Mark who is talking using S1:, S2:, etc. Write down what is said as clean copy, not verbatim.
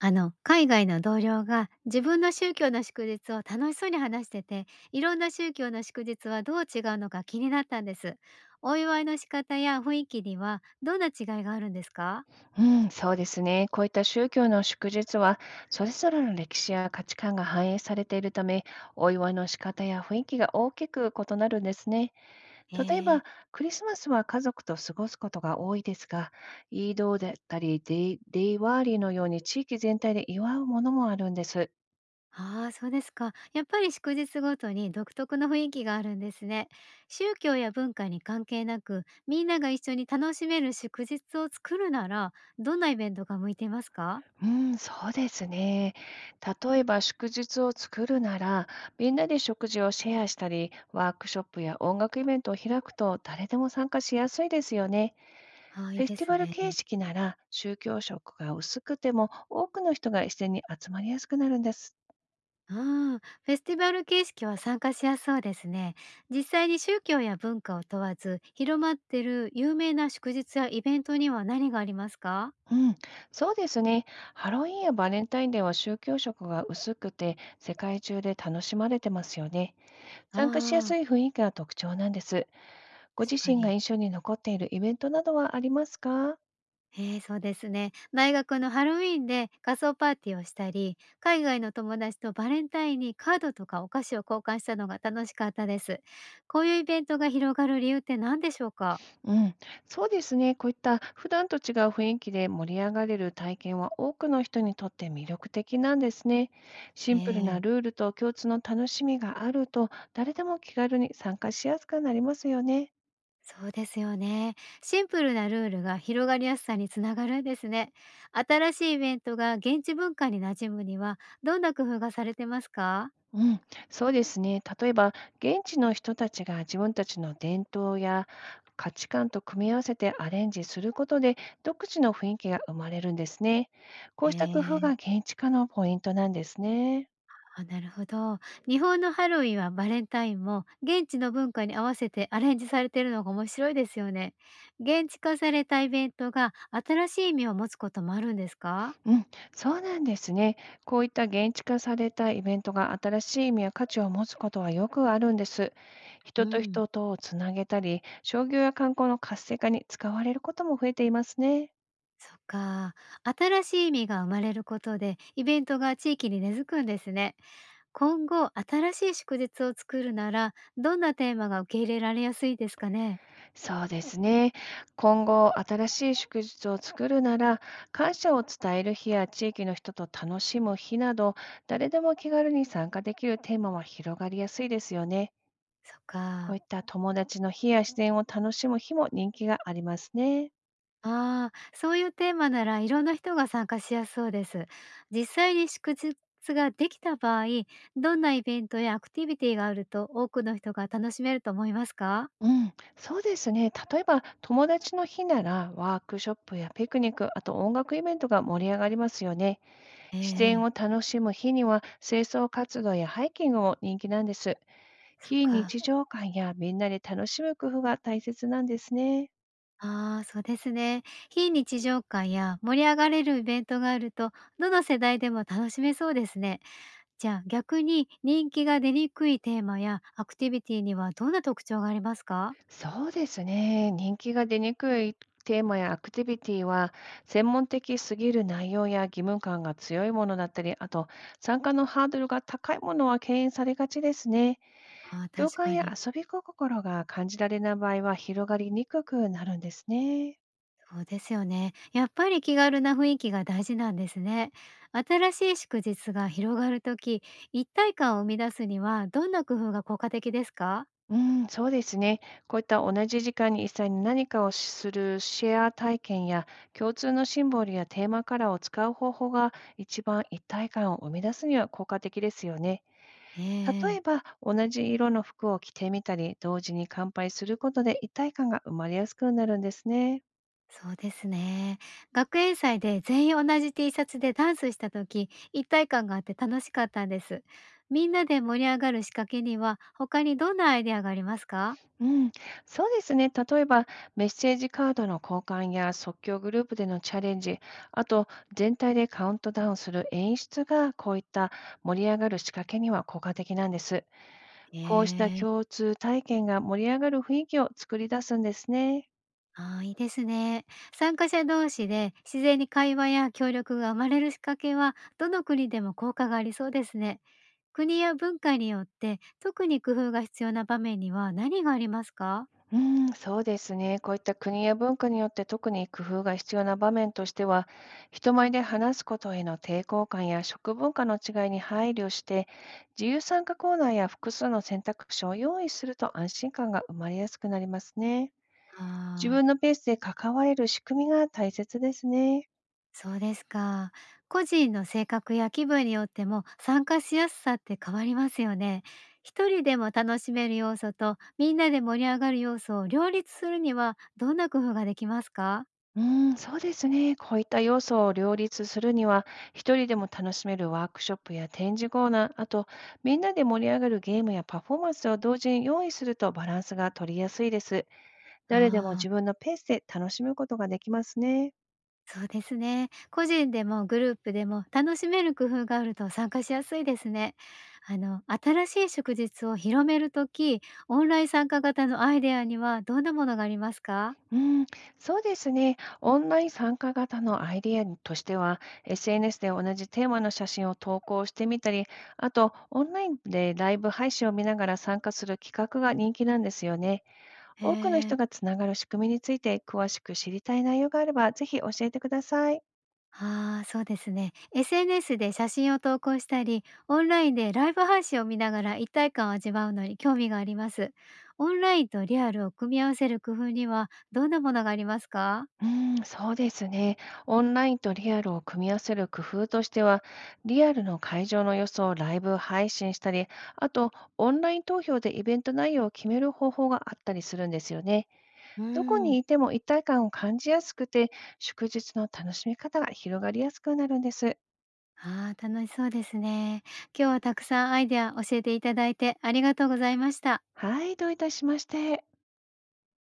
S1: 海外の同僚が自分の宗教の祝日を楽しそうに話してて、いろんな宗教の祝日はどう違うのか気になったんです。お祝いの仕方や雰囲気にはどんな違いがあるんですか？
S2: うん、そうですね。こういった宗教の祝日は、それぞれの歴史や価値観が反映されているため、お祝いの仕方や雰囲気が大きく異なるんですね。例え
S1: ええ。
S2: ば、クリスマスは家族と過ごすことが多いですが、イードーだったりデイワーリーのように地域全体で祝うものもあるんです。
S1: ああー、そうですか。やっぱり祝日ごとに独特の雰囲気があるんですね。宗教や文化に関係なく、みんなが一緒に楽しめる祝日を作るなら、どんなイベントが向いていますか？
S2: うん、そうですね。例えば祝日を作るなら、みんなで食事をシェアしたり、ワークショップや音楽イベントを開くと誰でも参加しやすいですよね。
S1: はいい
S2: フェス
S1: で
S2: ティ
S1: す
S2: バル
S1: ね。
S2: 形式なら宗教色が薄くても多くの人が自然に集まりやすくなるんです。
S1: ああ、フェスティバル形式は参加しやすそうですね。実際に宗教や文化を問わず広まってる有名な祝日やイベントには何がありますか？
S2: うん、そうですね。ハロウィンやバレンタインデーは宗教色が薄くて世界中で楽しまれてますよね。参加しや
S1: ああ、
S2: すい雰囲気が特徴なんです。ご
S1: 確
S2: 自
S1: か
S2: 身が
S1: に。
S2: 印象に残っているイベントなどはありますか？
S1: ええ、そうですね。大学のハロウィーンで仮装パーティーをしたり、海外の友達とバレンタインにカードとかお菓子を交換したのが楽しかったです。こういうイベントが広がる理由って何でしょうか？
S2: うん、そうですね。こういった普段と違う雰囲気で盛り上がれる体験は多くの人にとって魅力的なんですね。シンプル
S1: ええ、
S2: なルールと共通の楽しみがあると誰でも気軽に参加しやすくなりますよね。
S1: そうですよね。シンプルなルールが広がりやすさにつながるんですね。新しいイベントが現地文化に馴染むには、どんな工夫がされてますか？
S2: うん、そうですね。例えば、現地の人たちが自分たちの伝統や価値観と組み合わせてアレンジすることで、独自の雰囲気が生まれるんですね。こうした工夫が
S1: ええ、
S2: 現地化のポイントなんですね。
S1: あ、なるほど。日本のハロウィンはバレンタインも、現地の文化に合わせてアレンジされているのが面白いですよね。現地化されたイベントが新しい意味を持つこともあるんですか？
S2: うん、そうなんですね。こういった現地化されたイベントが新しい意味や価値を持つことはよくあるんです。
S1: う
S2: 人と
S1: ん、
S2: 人とをつなげたり、商業や観光の活性化に使われることも増えていますね。
S1: そっか。新しい意味が生まれることで、イベントが地域に根付くんですね。今後、新しい祝日を作るなら、どんなテーマが受け入れられやすいですかね？
S2: そうですね。今後、新しい祝日を作るなら、感謝を伝える日や地域の人と楽しむ日など、誰でも気軽に参加できるテーマは広がりやすいですよね。
S1: そっ
S2: こうい
S1: か。
S2: った友達の日や自然を楽しむ日も人気がありますね。
S1: ああ、そういうテーマならいろんな人が参加しやすそうです。実際に祝日ができた場合、どんなイベントやアクティビティがあると多くの人が楽しめると思いますか？
S2: うん、そうですね。例えば、友達の日なら、ワークショップやピクニック、あと音楽イベントが盛り上がりますよね。自然を
S1: ええ、
S2: 楽しむ日には、清掃活動やハイキングも人気なんです。
S1: そっ
S2: 非
S1: か。
S2: 日常感やみんなで楽しむ工夫が大切なんですね。
S1: ああ、そうですね。非日常感や盛り上がれるイベントがあると、どの世代でも楽しめそうですね。じゃあ逆に人気が出にくいテーマやアクティビティにはどんな特徴がありますか？
S2: そうですね。人気が出にくいテーマやアクティビティは、専門的すぎる内容や義務感が強いものだったり、あと、参加のハードルが高いものは敬遠されがちですね。
S1: ああ、
S2: 共
S1: 確
S2: 感
S1: かに。
S2: や遊び心が感じられない場合は広がりにくくなるんですね。
S1: そうですよね。やっぱり気軽な雰囲気が大事なんですね。新しい祝日が広がるとき、一体感を生み出すにはどんな工夫が効果的ですか？
S2: うん、そうですね。こういった同じ時間に一切に何かをするシェア体験や、共通のシンボルやテーマカラーを使う方法が、一番一体感を生み出すには効果的ですよね。例え
S1: ええ、
S2: ば、同じ色の服を着てみたり、同時に乾杯することで一体感が生まれやすくなるんですね。
S1: そうですね。学園祭で全員同じ T シャツでダンスしたとき一体感があって楽しかったんです。みんなで盛り上がる仕掛けには他にどんなアイデアがありますか？
S2: うん、そうですね。例えば、メッセージカードの交換や即興グループでのチャレンジ、あと、全体でカウントダウンする演出が、こういった盛り上がる仕掛けには効果的なんです。こうした
S1: ええ、
S2: 共通体験が盛り上がる雰囲気を作り出すんですね。
S1: ああ、いいですね。参加者同士で自然に会話や協力が生まれる仕掛けは、どの国でも効果がありそうですね。国や文化によって、特に工夫が必要な場面には何がありますか？
S2: うん、そうですね。こういった国や文化によって特に工夫が必要な場面としては、人前で話すことへの抵抗感や食文化の違いに配慮して、自由参加コーナーや複数の選択肢を用意すると安心感が生まれやすくなりますね。自
S1: あ
S2: 分
S1: あ、
S2: のペースで関われる仕組みが大切ですね。
S1: そうですか。個人の性格や気分によっても、参加しやすさって変わりますよね。一人でも楽しめる要素と、みんなで盛り上がる要素を両立するには、どんな工夫ができますか？
S2: うーん、そうですね。こういった要素を両立するには、一人でも楽しめるワークショップや展示コーナー、あと、みんなで盛り上がるゲームやパフォーマンスを同時に用意すると、バランスが取りやすいです。誰でも
S1: あ
S2: 自
S1: あ。
S2: 分のペースで楽しむことができますね。
S1: そうですね。個人でもグループでも楽しめる工夫があると参加しやすいですね。新しい祝日を広めるとき、オンライン参加型のアイデアにはどんなものがありますか？
S2: うん、そうですね。オンライン参加型のアイデアとしては、SNS で同じテーマの写真を投稿してみたり、あと、オンラインでライブ配信を見ながら参加する企画が人気なんですよね。
S1: へ
S2: 多くの
S1: え。
S2: 人がつながる仕組みについて詳しく知りたい内容があれば、ぜひ教えてください。
S1: ああ、そうですね。SNS で写真を投稿したり、オンラインでライブ配信を見ながら一体感を味わうのに興味があります。オンラインとリアルを組み合わせる工夫にはどんなものがありますか？
S2: うん、そうですね。オンラインとリアルを組み合わせる工夫としては、リアルの会場の様子をライブ配信したり、あと、オンライン投票でイベント内容を決める方法があったりするんですよね。
S1: う
S2: どこに
S1: ん、
S2: いても一体感を感じやすくて、祝日の楽しみ方が広がりやすくなるんです。
S1: ああ、楽しそうですね。今日はたくさんアイデア教えていただいてありがとうございました。
S2: はい、どういたしまして。